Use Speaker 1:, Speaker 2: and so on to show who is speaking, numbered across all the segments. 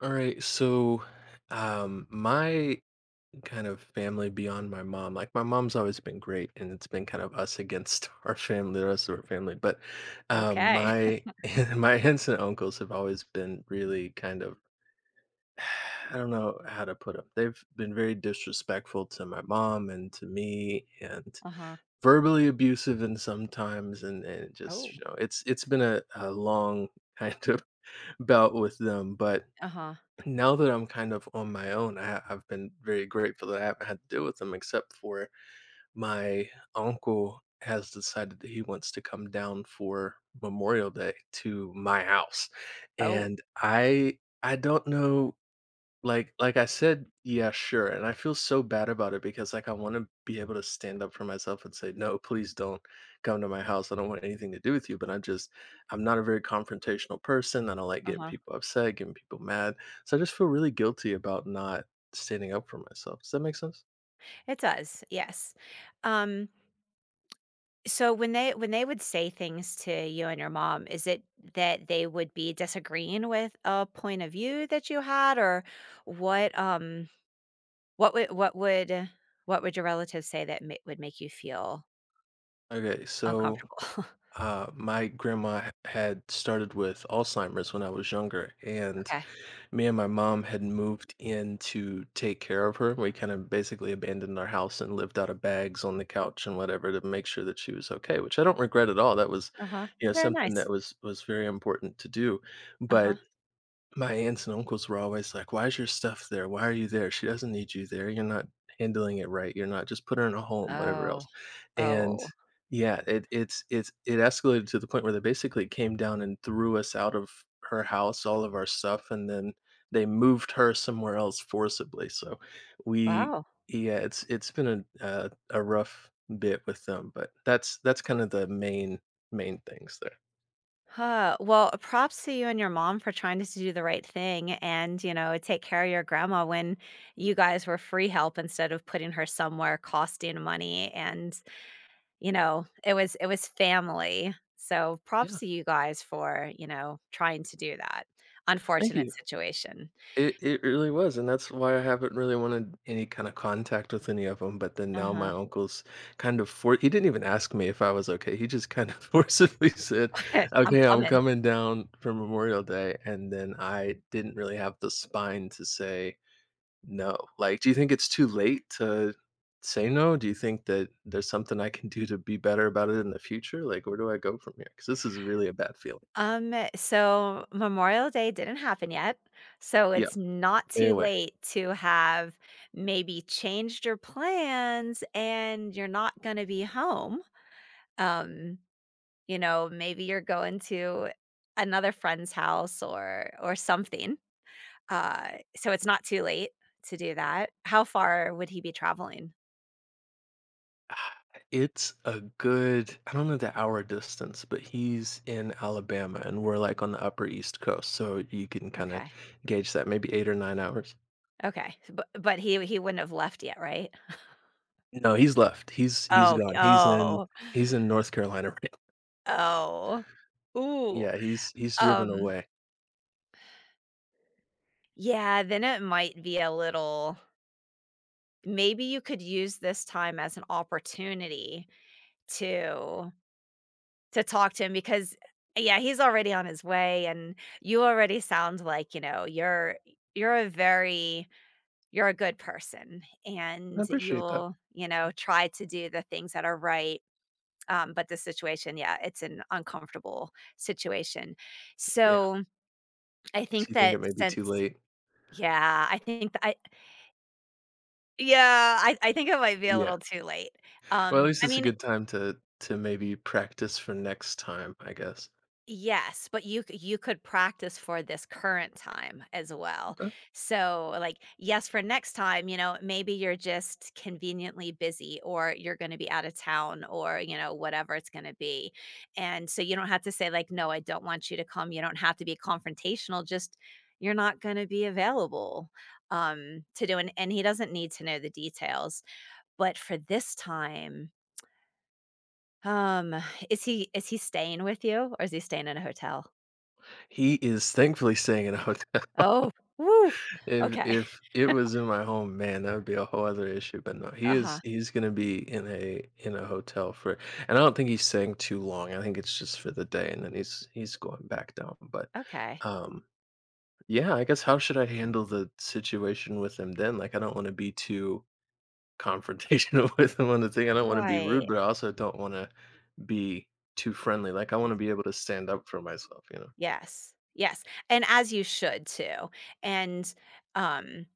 Speaker 1: All right, so my kind of family beyond my mom, like my mom's always been great and it's been kind of us against our family, the rest of our family. But
Speaker 2: Okay.
Speaker 1: my my aunts and uncles have always been really kind of I don't know how to put them. They've been very disrespectful to my mom and to me and
Speaker 2: Uh-huh.
Speaker 1: verbally abusive and sometimes and it just
Speaker 2: Oh.
Speaker 1: you know it's been a long kind of bout with them but
Speaker 2: Uh-huh.
Speaker 1: now that I'm kind of on my own, I've been very grateful that I haven't had to deal with them, except for my uncle has decided that he wants to come down for Memorial Day to my house,
Speaker 2: Oh.
Speaker 1: and I don't know like I said, "Yeah, sure," and I feel so bad about it because, like, I wanna be able to stand up for myself and say, "No, please don't come to my house. I don't want anything to do with you," but I just I'm not a very confrontational person. I don't like getting
Speaker 2: Uh-huh.
Speaker 1: people upset, getting people mad, so I just feel really guilty about not standing up for myself. Does that make sense?
Speaker 2: It does, yes. Um, so when they would say things to you and your mom, is it that they would be disagreeing with a point of view that you had, or what? What would what would your relatives say that would make you feel
Speaker 1: Okay, so,
Speaker 2: uncomfortable?
Speaker 1: my had started with Alzheimer's when I was younger, and
Speaker 2: Okay. Okay.
Speaker 1: me and my mom had moved in to take care of her. We kind of basically abandoned our house and lived out of bags on the couch and whatever to make sure that she was okay, which I don't regret at all. That was,
Speaker 2: Uh huh.
Speaker 1: you know,
Speaker 2: Very
Speaker 1: something that
Speaker 2: nice.
Speaker 1: was very important to do.
Speaker 2: Uh huh.
Speaker 1: But my aunts and uncles were always like, "Why is your stuff there? Why are you there? She doesn't need you there. You're not handling it right. You're not just put her in a home, whatever
Speaker 2: Oh.
Speaker 1: else." And
Speaker 2: Oh.
Speaker 1: yeah, it it's it escalated to the point where they basically came down and threw us out of her house, all of our stuff, and then they moved her somewhere else forcibly. So we
Speaker 2: Wow.
Speaker 1: yeah, it's been a rough bit with them, but that's kind of the main things there.
Speaker 2: Huh. Well, props to you and your mom for trying to do the right thing and, you know, take care of your grandma when you guys were free help instead of putting her somewhere costing money and, you know, it was family. So,
Speaker 1: Yeah.
Speaker 2: props to you guys for, you know, trying to do that.
Speaker 1: Thank
Speaker 2: Unfortunate
Speaker 1: you.
Speaker 2: situation.
Speaker 1: It really was, and that's why I haven't really wanted any kind of contact with any of them, but then now my
Speaker 2: Uh-huh.
Speaker 1: uncle's kind of for he didn't even ask me if I was okay, he just kind of forcibly said,
Speaker 2: I'm
Speaker 1: "Okay, I'm
Speaker 2: coming.
Speaker 1: coming down for Memorial Day," and then I didn't really have the spine to say no. Like, do you think it's too late to say no? Do you think that there's something I can do to be better about it in the future? Like, where do I go from here? Because this is really a bad feeling.
Speaker 2: So Memorial Day didn't happen yet, so
Speaker 1: Yeah,
Speaker 2: it's not
Speaker 1: stay
Speaker 2: too
Speaker 1: away.
Speaker 2: late to have maybe changed your plans and you're not gonna be home. Um, you know, maybe you're going to another friend's house or something. So it's not too late to do that. How far would he be traveling?
Speaker 1: It's a good I don't know the hour distance, but he's in Alabama and we're like on the upper East Coast, so you can kinda
Speaker 2: Okay.
Speaker 1: gauge that, maybe 8 or 9 hours.
Speaker 2: Okay. So, but he wouldn't have left yet, right?
Speaker 1: No, he's left. He's
Speaker 2: Oh, he-
Speaker 1: gone.
Speaker 2: oh,
Speaker 1: He's in North Carolina right now.
Speaker 2: oh. Ooh.
Speaker 1: Yeah, he's driven
Speaker 2: Um
Speaker 1: away.
Speaker 2: Yeah, then it might be a little, maybe you could use this time as an opportunity to talk to him because yeah, he's already on his way and you already sound like, you know, you're a very, you're a good person
Speaker 1: I
Speaker 2: and
Speaker 1: appreciate that.
Speaker 2: you'll, you know, try to do the things that are right. But the situation, yeah, it's an uncomfortable situation.
Speaker 1: Yeah.
Speaker 2: So I
Speaker 1: Do
Speaker 2: think
Speaker 1: you think
Speaker 2: that,
Speaker 1: it may be too
Speaker 2: since
Speaker 1: late?
Speaker 2: yeah, I think that, yeah, I think it might be a
Speaker 1: Yeah.
Speaker 2: little too late.
Speaker 1: Well, at least
Speaker 2: I
Speaker 1: it's a
Speaker 2: mean,
Speaker 1: good time to maybe practice for next time, I guess.
Speaker 2: yes, but you could practice for this current time as well.
Speaker 1: Okay.
Speaker 2: So, like, yes, for next time, you know, maybe you're just conveniently busy or you're gonna be out of town or, you know, whatever it's gonna be. And so you don't have to say, like, "No, I don't want you to come." You don't have to be confrontational, just, "You're not gonna be available," to do, and he doesn't need to know the details. But for this time, um, is he staying with you or is he staying in a hotel?
Speaker 1: He is thankfully staying in a hotel.
Speaker 2: Oh, woof. Okay.
Speaker 1: If it was in my home, man, that would be a whole other issue, but no, he is
Speaker 2: Uh-huh.
Speaker 1: he's gonna be in a hotel for and I don't think he's staying too long. I think it's just for the day and then he's going back down. But
Speaker 2: Okay.
Speaker 1: um yeah, I guess how should I handle the situation with him then? Like I don't want to be too confrontational with him on the thing. I don't want to be
Speaker 2: Right.
Speaker 1: rude, but I also don't want to be too friendly. Like I want to be able to stand up for myself, you know.
Speaker 2: Yes. Yes. And as you should too. And um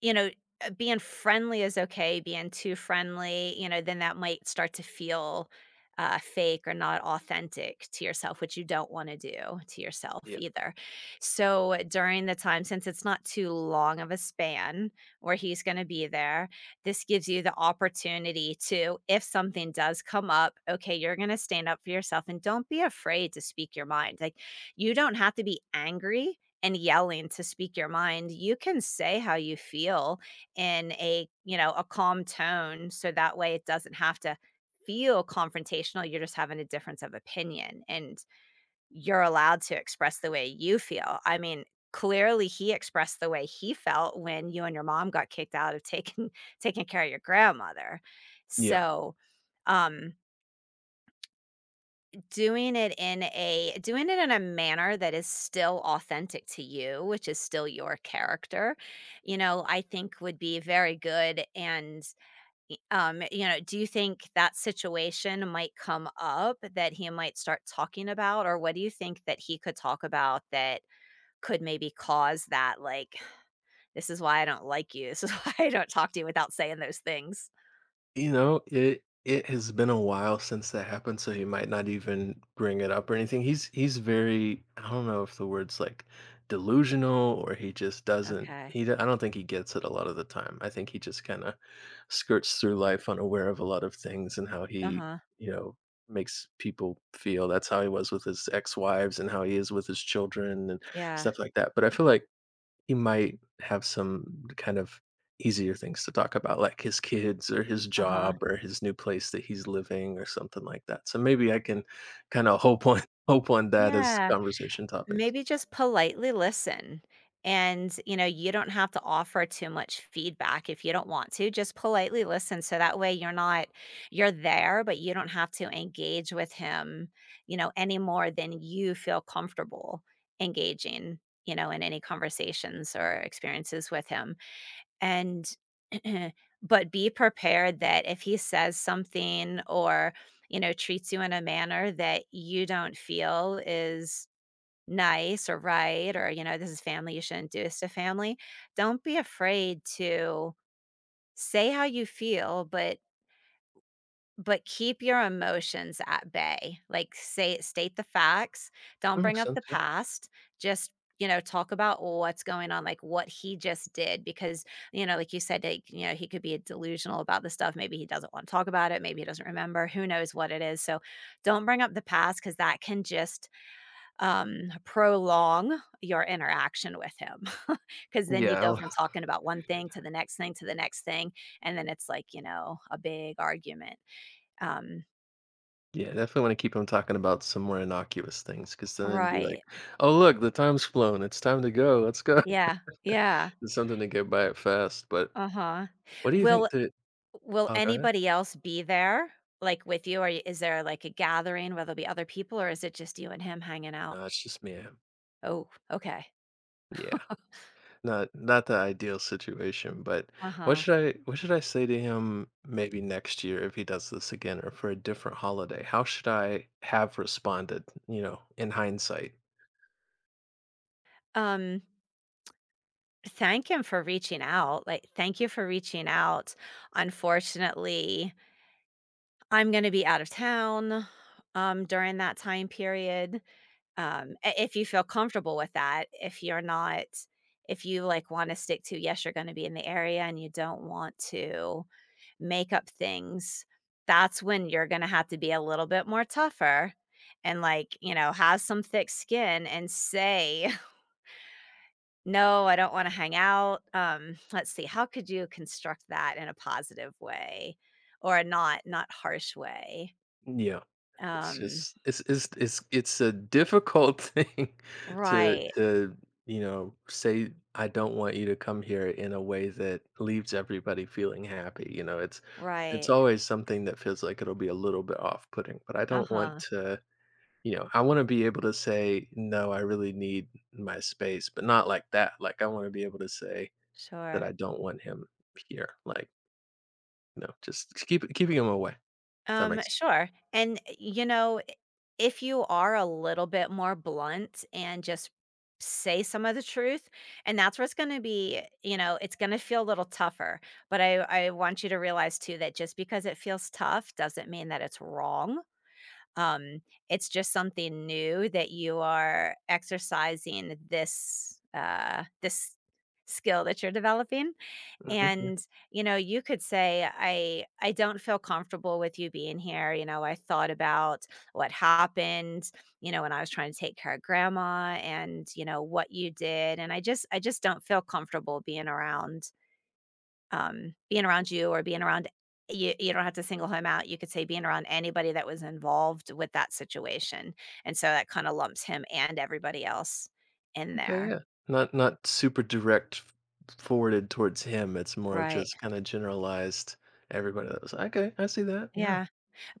Speaker 2: you know, being friendly is okay, being too friendly, you know, then that might start to feel, fake or not authentic to yourself, which you don't wanna do to yourself
Speaker 1: Yeah.
Speaker 2: either. So, during the time, since it's not too long of a span where he's gonna be there, this gives you the opportunity to, if something does come up, okay, you're gonna stand up for yourself and don't be afraid to speak your mind. Like, you don't have to be angry and yelling to speak your mind. You can say how you feel in a, you know, a calm tone, so that way it doesn't have to feel confrontational. You're just having a difference of opinion and you're allowed to express the way you feel. I mean, clearly he expressed the way he felt when you and your mom got kicked out of taking taking care of your grandmother.
Speaker 1: Yeah.
Speaker 2: So, um doing it in a, doing it in a manner that is still authentic to you, which is still your character, you know, I think would be very good. And, y you know, do you think that situation might come up that he might start talking about? Or what do you think that he could talk about that could maybe cause that, like, "This is why I don't like you. This is why I don't talk to you," without saying those things.
Speaker 1: You know, it has been a while since that happened, so he might not even bring it up or anything. He's very I don't know if the word's like delusional or he just doesn't
Speaker 2: Okay.
Speaker 1: he d- I don't think he gets it a lot of the time. I think he just kind of skirts through life unaware of a lot of things and how he,
Speaker 2: Uh-huh.
Speaker 1: you know, makes people feel. That's how he was with his ex-wives and how he is with his children and
Speaker 2: Yeah.
Speaker 1: stuff like that. But I feel like he might have some kind of easier things to talk about, like his kids or his
Speaker 2: Uh-huh.
Speaker 1: job or his new place that he's living or something like that. So maybe I can kind of hope on hope on that as
Speaker 2: Yeah.
Speaker 1: conversation topics.
Speaker 2: Maybe just politely listen. And, you know, you don't have to offer too much feedback if you don't want to. Just politely listen. So that way you're not, you're there, but you don't have to engage with him, you know, any more than you feel comfortable engaging, you know, in any conversations or experiences with him. And, but be prepared that if he says something or, you know, treats you in a manner that you don't feel is nice or right or, you know, this is family, you shouldn't do this to family. Don't be afraid to say how you feel, but keep your emotions at bay. Like, say, state the facts.
Speaker 1: That
Speaker 2: Don't bring
Speaker 1: makes
Speaker 2: up
Speaker 1: sense.
Speaker 2: the
Speaker 1: Yeah.
Speaker 2: past. Just, you know, talk about what's going on, like what he just did, because you know, like you said, like you know, he could be delusional about the stuff. Maybe he doesn't want to talk about it. Maybe he doesn't remember. Who knows what it is? So, don't bring up the past, because that can just, prolong your interaction with him, because then you
Speaker 1: Yeah.
Speaker 2: go
Speaker 1: I'll-
Speaker 2: from talking about one thing to the next thing to the next thing, and then it's like, you know, a big argument. Um,
Speaker 1: Yeah. Definitely want to keep him talking about some more innocuous things because then it'd be like,
Speaker 2: right.
Speaker 1: oh, look, the time's flown. It's time to go. Let's go.
Speaker 2: Yeah, yeah,
Speaker 1: It's something to get by it fast. But
Speaker 2: uh-huh.
Speaker 1: what do you
Speaker 2: Will
Speaker 1: think that?
Speaker 2: will
Speaker 1: Oh, go ahead.
Speaker 2: anybody else be there, like, with you? Or is there, like, a gathering where there'll be other people, or is it just you and him hanging out?
Speaker 1: No, it's just me.
Speaker 2: Oh, okay.
Speaker 1: Yeah. Not not the ideal situation, but
Speaker 2: Uh-huh.
Speaker 1: what should I say to him maybe next year if he does this again or for a different holiday? How should I have responded, you know, in hindsight?
Speaker 2: Um Thank him for reaching out, like, "Thank you for reaching out. Unfortunately, I'm gonna be out of town, during that time period." Um, I if you feel comfortable with that, if you're not, if you, like, wanna stick to, yes, you're gonna be in the area and you don't want to make up things, that's when you're gonna have to be a little bit more tougher and, like, you know, have some thick skin and say no, I don't wanna hang out. Um, let's see, how could you construct that in a positive way or a not, harsh way?
Speaker 1: Yeah. It's
Speaker 2: Um,
Speaker 1: just it's a difficult thing to
Speaker 2: right,
Speaker 1: you know, say, "I don't want you to come here," in a way that leaves everybody feeling happy, you know, it's
Speaker 2: right,
Speaker 1: always something that feels like it'll be a little bit off-putting, but I don't want
Speaker 2: uh-huh,
Speaker 1: to you know, I wanna be able to say, "No, I really need my space," but not like that, like, I wanna be able to say that
Speaker 2: sure.
Speaker 1: I don't want him here, like, you know, just keeping him away, if that makes
Speaker 2: Sure, and, you know, if you are a little bit more blunt and just say some of the truth, and that's where it's gonna be, you know, it's gonna feel a little tougher, but I want you to realize too that just because it feels tough doesn't mean that it's wrong. Um, it's just something new that you are exercising, this this skill that you're developing.
Speaker 1: sense.
Speaker 2: And you know, you could say, I don't feel comfortable with you being here, you know, I thought about what happened, you know, when I was trying to take care of grandma and you know what you did, and I just don't feel comfortable being around, being around you, or being around, you don't have to single him out. You could say, being around anybody that was involved with that situation, and so that kinda lumps him and everybody else in
Speaker 1: Okay,
Speaker 2: there.
Speaker 1: yeah. Not not super direct f forwarded towards him, it's more of
Speaker 2: Right.
Speaker 1: just kinda generalized everybody that was okay, I see that, yeah.
Speaker 2: Yeah.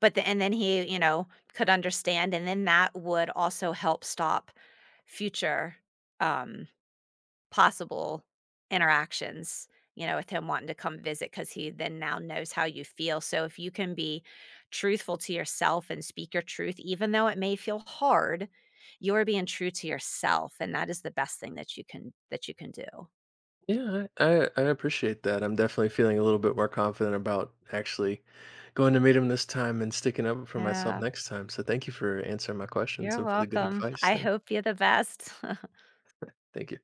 Speaker 2: But the, and then he, you know, could understand, and then that would also help stop future, um, possible interactions, you know, with him wanting to come visit, because he then now knows how you feel. So if you can be truthful to yourself and speak your truth, even though it may feel hard, you're being true to yourself, and that is the best thing that you can, that you can do.
Speaker 1: Yeah, I appreciate that, I'm definitely feeling a little bit more confident about actually going to meet him this time and sticking up for myself
Speaker 2: Yeah.
Speaker 1: next time, so thank you for answering my questions
Speaker 2: You're
Speaker 1: and for the good
Speaker 2: welcome.
Speaker 1: advice,
Speaker 2: I hope you're the best.
Speaker 1: thank you.